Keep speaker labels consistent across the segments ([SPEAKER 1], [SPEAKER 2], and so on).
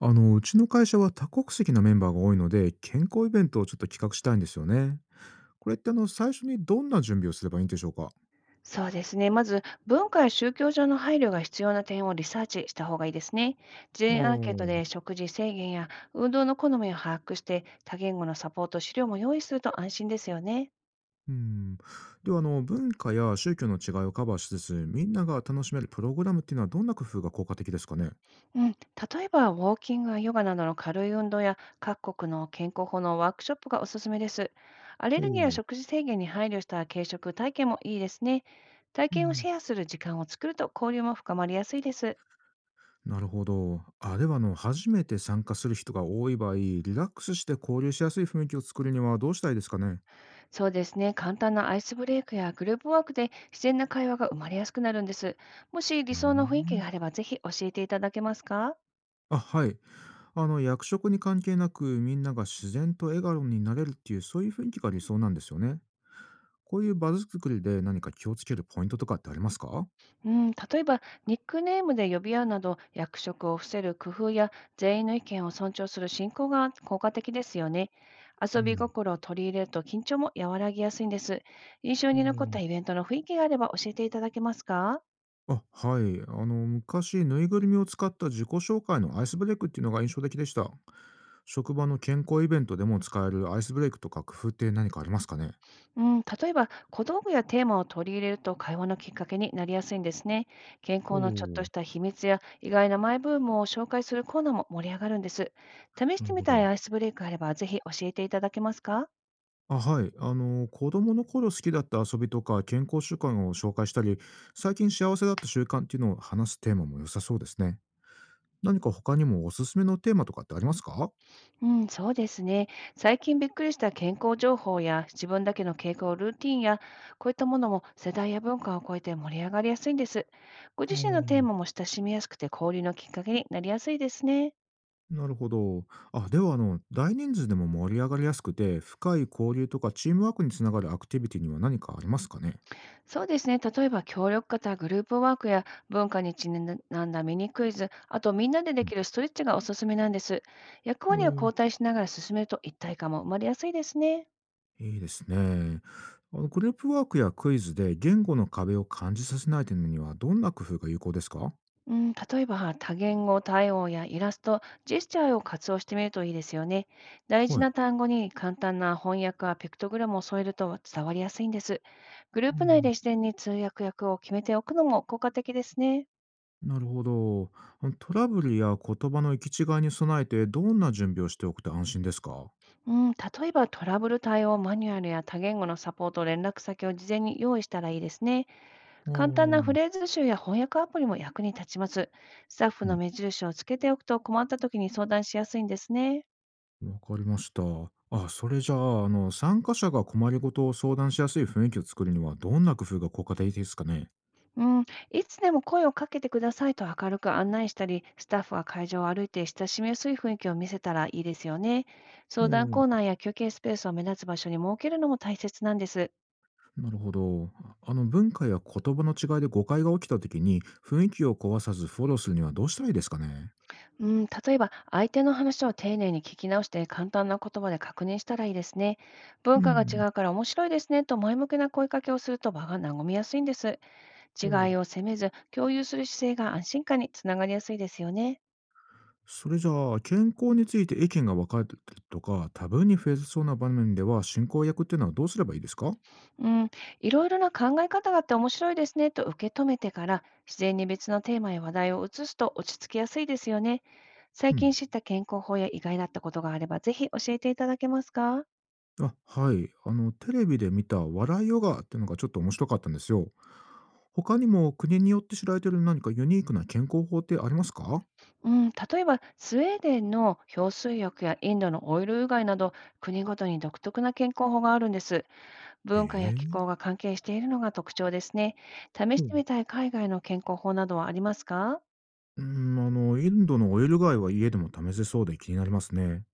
[SPEAKER 1] うちの会社は多国籍のメンバーが多いので、健康イベントをちょっと企画したいんですよね。これって最初にどんな準備をすればいいんでしょうか？あ
[SPEAKER 2] そうですね。まず、文化や宗教上の配慮が必要な点をリサーチした方がいいですね。事前アンケート
[SPEAKER 1] あ。
[SPEAKER 2] で食事制限や運動の好みを把握して、多言語のサポート資料も用意すると安心ですよね。
[SPEAKER 1] うん。では、文化や宗教の違いをカバーしつつ、みんなが楽しめるプログラムっていうのはどんな工夫が効果的ですかね？
[SPEAKER 2] うん、例えば、ウォーキングやヨガなどの軽い運動や各国の健康法のワークショップがおすすめです。アレ
[SPEAKER 1] ほ
[SPEAKER 2] ルギーや
[SPEAKER 1] う。
[SPEAKER 2] 食事制限に配慮した軽食体験もいいですね。体
[SPEAKER 1] う
[SPEAKER 2] 験を
[SPEAKER 1] ん。
[SPEAKER 2] シェアする時間を作ると交流も深まりやすいです。
[SPEAKER 1] なるほど。あ、では、初めて参加する人が多い場合、リラックスして交流しやすい雰囲気を作るにはどうしたらいいですかね？
[SPEAKER 2] そうですね。簡単なアイスブレイクやグループワークで自然な会話が生まれやすくなるんです。もし
[SPEAKER 1] う
[SPEAKER 2] 理
[SPEAKER 1] ー
[SPEAKER 2] 想の雰囲気
[SPEAKER 1] ん。
[SPEAKER 2] があれば、ぜひ教えていただけますか？
[SPEAKER 1] あ、はい。役職に関係なく、みんなが自然と笑顔になれるっていう、そういう雰囲気が理想なんですよね。こういう場作りで何か気をつけるポイントとかってありますか？
[SPEAKER 2] うん、例えば、ニックネームで呼び合うなど、役職を伏せる工夫や、全員の意見を尊重する進行が効果的ですよね。
[SPEAKER 1] う
[SPEAKER 2] 遊び
[SPEAKER 1] ん。
[SPEAKER 2] 心を取り入れると緊張も和らぎやすいんです。印象
[SPEAKER 1] う
[SPEAKER 2] に残
[SPEAKER 1] ん、
[SPEAKER 2] っ
[SPEAKER 1] お
[SPEAKER 2] たイ
[SPEAKER 1] ー。
[SPEAKER 2] ベントの雰囲気があれば教えていただけますか？
[SPEAKER 1] あ、はい。昔、ぬいぐるみを使った自己紹介のアイスブレイクっていうのが印象的でした。職場の健康イベントでも使えるアイスブレイクとか工夫って何かありますかね？
[SPEAKER 2] うん、例えば小道具やテーマを取り入れると会話のきっかけになりやすいんですね。健
[SPEAKER 1] お
[SPEAKER 2] 康のちょっ
[SPEAKER 1] お、
[SPEAKER 2] とした秘密や意外なマイブームを紹介するコーナーも盛り上がるんです。試し
[SPEAKER 1] なる
[SPEAKER 2] てみ
[SPEAKER 1] ほ
[SPEAKER 2] た
[SPEAKER 1] ど。
[SPEAKER 2] いアイスブレイクあればぜひ教えていただけますか？
[SPEAKER 1] あ、はい。子供の頃好きだった遊びとか健康習慣を紹介したり、最近幸せだった習慣っていうのを話すテーマも良さそうですね。何か他にもおすすめのテーマとかってありますか？
[SPEAKER 2] うん、そうですね。最近びっくりした健康情報や自分だけの傾向、ルーティンや、こういったものも世代や文化を超えて盛り上がりやすいんです。ご
[SPEAKER 1] あ
[SPEAKER 2] 自身のテー
[SPEAKER 1] ー、
[SPEAKER 2] マも親しみやすくて交流のきっかけになりやすいですね。
[SPEAKER 1] なるほど。あ、では、大人数でも盛り上がりやすくて、深い交流とかチームワークにつながるアクティビティには何かありますかね？
[SPEAKER 2] そうですね。例えば、協力型グループワークや文化にちなんだミニクイズ、あとみんなでできるストレッチがおすすめなんです。役
[SPEAKER 1] う
[SPEAKER 2] 割を
[SPEAKER 1] ん。
[SPEAKER 2] 交代しながら進めると一体感も生まれやすいですね。
[SPEAKER 1] いいですね。グループワークやクイズで言語の壁を感じさせないためには、どんな工夫が有効ですか？
[SPEAKER 2] うん、例えば、多言語対応やイラスト、ジェスチャーを活用してみるといいですよね。大
[SPEAKER 1] は
[SPEAKER 2] 事
[SPEAKER 1] い。
[SPEAKER 2] な単語に簡単な翻訳やピクトグラムを添えると伝わりやすいんです。グルー
[SPEAKER 1] う
[SPEAKER 2] プ内で
[SPEAKER 1] ん。
[SPEAKER 2] 自然に通訳役を決めておくのも効果的ですね。
[SPEAKER 1] なるほど。トラブルや言葉の行き違いに備えて、どんな準備をしておくと安心ですか？
[SPEAKER 2] うん、例えばトラブル対応マニュアルや多言語のサポート、連絡先を事前に用意したらいいですね。
[SPEAKER 1] あ
[SPEAKER 2] 簡単なフ
[SPEAKER 1] ー。
[SPEAKER 2] レーズ集や翻訳アプリも役に立ちます。スタッフの
[SPEAKER 1] う
[SPEAKER 2] 目印をつけておくと困った時に相談しやすいんですね。
[SPEAKER 1] ん、わかりました。あ、それじゃあ、参加者が困りごとを相談しやすい雰囲気を作るには、どんな工夫が効果的ですかね？
[SPEAKER 2] うん、いつでも声をかけてくださいと明るく案内したり、スタッフは会場を歩いて親しみやすい雰囲気を見せたらいいですよね。
[SPEAKER 1] お
[SPEAKER 2] 相談
[SPEAKER 1] ー。
[SPEAKER 2] コーナーや休憩スペースを目立つ場所に設けるのも大切なんです。
[SPEAKER 1] なるほど。文化や言葉の違いで誤解が起きたときに、雰囲気を壊さずフォローするにはどうしたらいいですかね？
[SPEAKER 2] うん、例えば、相手の話を丁寧に聞き直して簡単な言葉で確認したらいいですね。
[SPEAKER 1] う
[SPEAKER 2] 文化が
[SPEAKER 1] ん。
[SPEAKER 2] 違うから面白いですねと前向きな声かけをすると場が和みやすいんです。違いを責めず、共有する姿勢が安心感につながりやすいですよね。
[SPEAKER 1] それじゃあ、健康について意見が分かれてるとか、タブーに増えそうな場面では、進行役っていうのはどうすればいいですか？
[SPEAKER 2] うん、いろいろな考え方があって面白いですねと受け止めてから、自然に別のテーマや話題を移すと落ち着きやすいですよね。
[SPEAKER 1] う
[SPEAKER 2] 最
[SPEAKER 1] ん。
[SPEAKER 2] 近知った健康法や意外だったことがあれば、ぜひ教えていただけますか？
[SPEAKER 1] あ、はい。テレビで見た笑いヨガっていうのがちょっと面白かったんですよ。他にも国によって知られてる何かユニークな健康法ってありますか？
[SPEAKER 2] うん、例えばスウェーデンの氷水浴やインドのオイルうがいなど、国ごとに独特な健康法があるんです。
[SPEAKER 1] へ
[SPEAKER 2] 文化や気
[SPEAKER 1] え。
[SPEAKER 2] 候が関係しているのが特徴ですね。試し
[SPEAKER 1] う
[SPEAKER 2] てみ
[SPEAKER 1] ん
[SPEAKER 2] たい海外の健康法などはありますか？
[SPEAKER 1] うん。インドのオイルガイは家でも試せそうで気になりますね。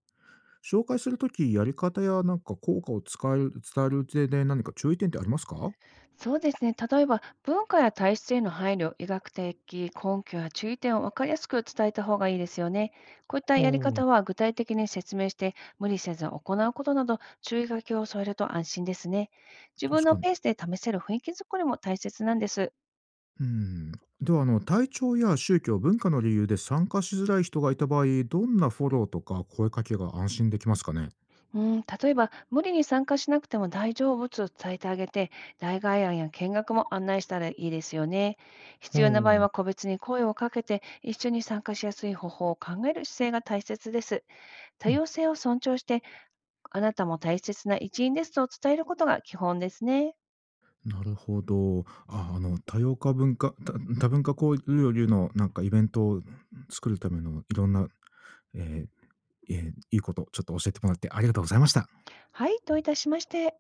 [SPEAKER 1] 紹介するとき、やり方やなんか効果を使える伝える上で何か注意点ってありますか？
[SPEAKER 2] そうですね。例えば文化や体質への配慮、医学的根拠や注意点を分かりやすく伝えた方がいいですよね。こういった
[SPEAKER 1] あ
[SPEAKER 2] やり方
[SPEAKER 1] あ、
[SPEAKER 2] は具体的に説明して無理せず行うことなど注意書きを添えると安心ですね。自分
[SPEAKER 1] 確
[SPEAKER 2] の
[SPEAKER 1] かに。
[SPEAKER 2] ペースで試せる雰囲気作りも大切なんです。
[SPEAKER 1] うん。では、体調や宗教、文化の理由で参加しづらい人がいた場合、どんなフォローとか声かけが安心できますかね？
[SPEAKER 2] うん、例えば、無理に参加しなくても大丈夫と伝えてあげて、代替案や見学も案内したらいいですよね。
[SPEAKER 1] ほ
[SPEAKER 2] 必要な場合
[SPEAKER 1] う。う
[SPEAKER 2] は個別に声をかけて、一緒に参加しやすい方法を考える姿勢が大切です。多
[SPEAKER 1] ん、
[SPEAKER 2] 様性を尊重して、あなたも大切な一員ですと伝えることが基本ですね。
[SPEAKER 1] なるほど。あ、多様化文化た多文化交流のなんかイベントを作るためのいろんな、えええ、いいこと、ちょっと教えてもらってありがとうございました。
[SPEAKER 2] はい、どういたしまして。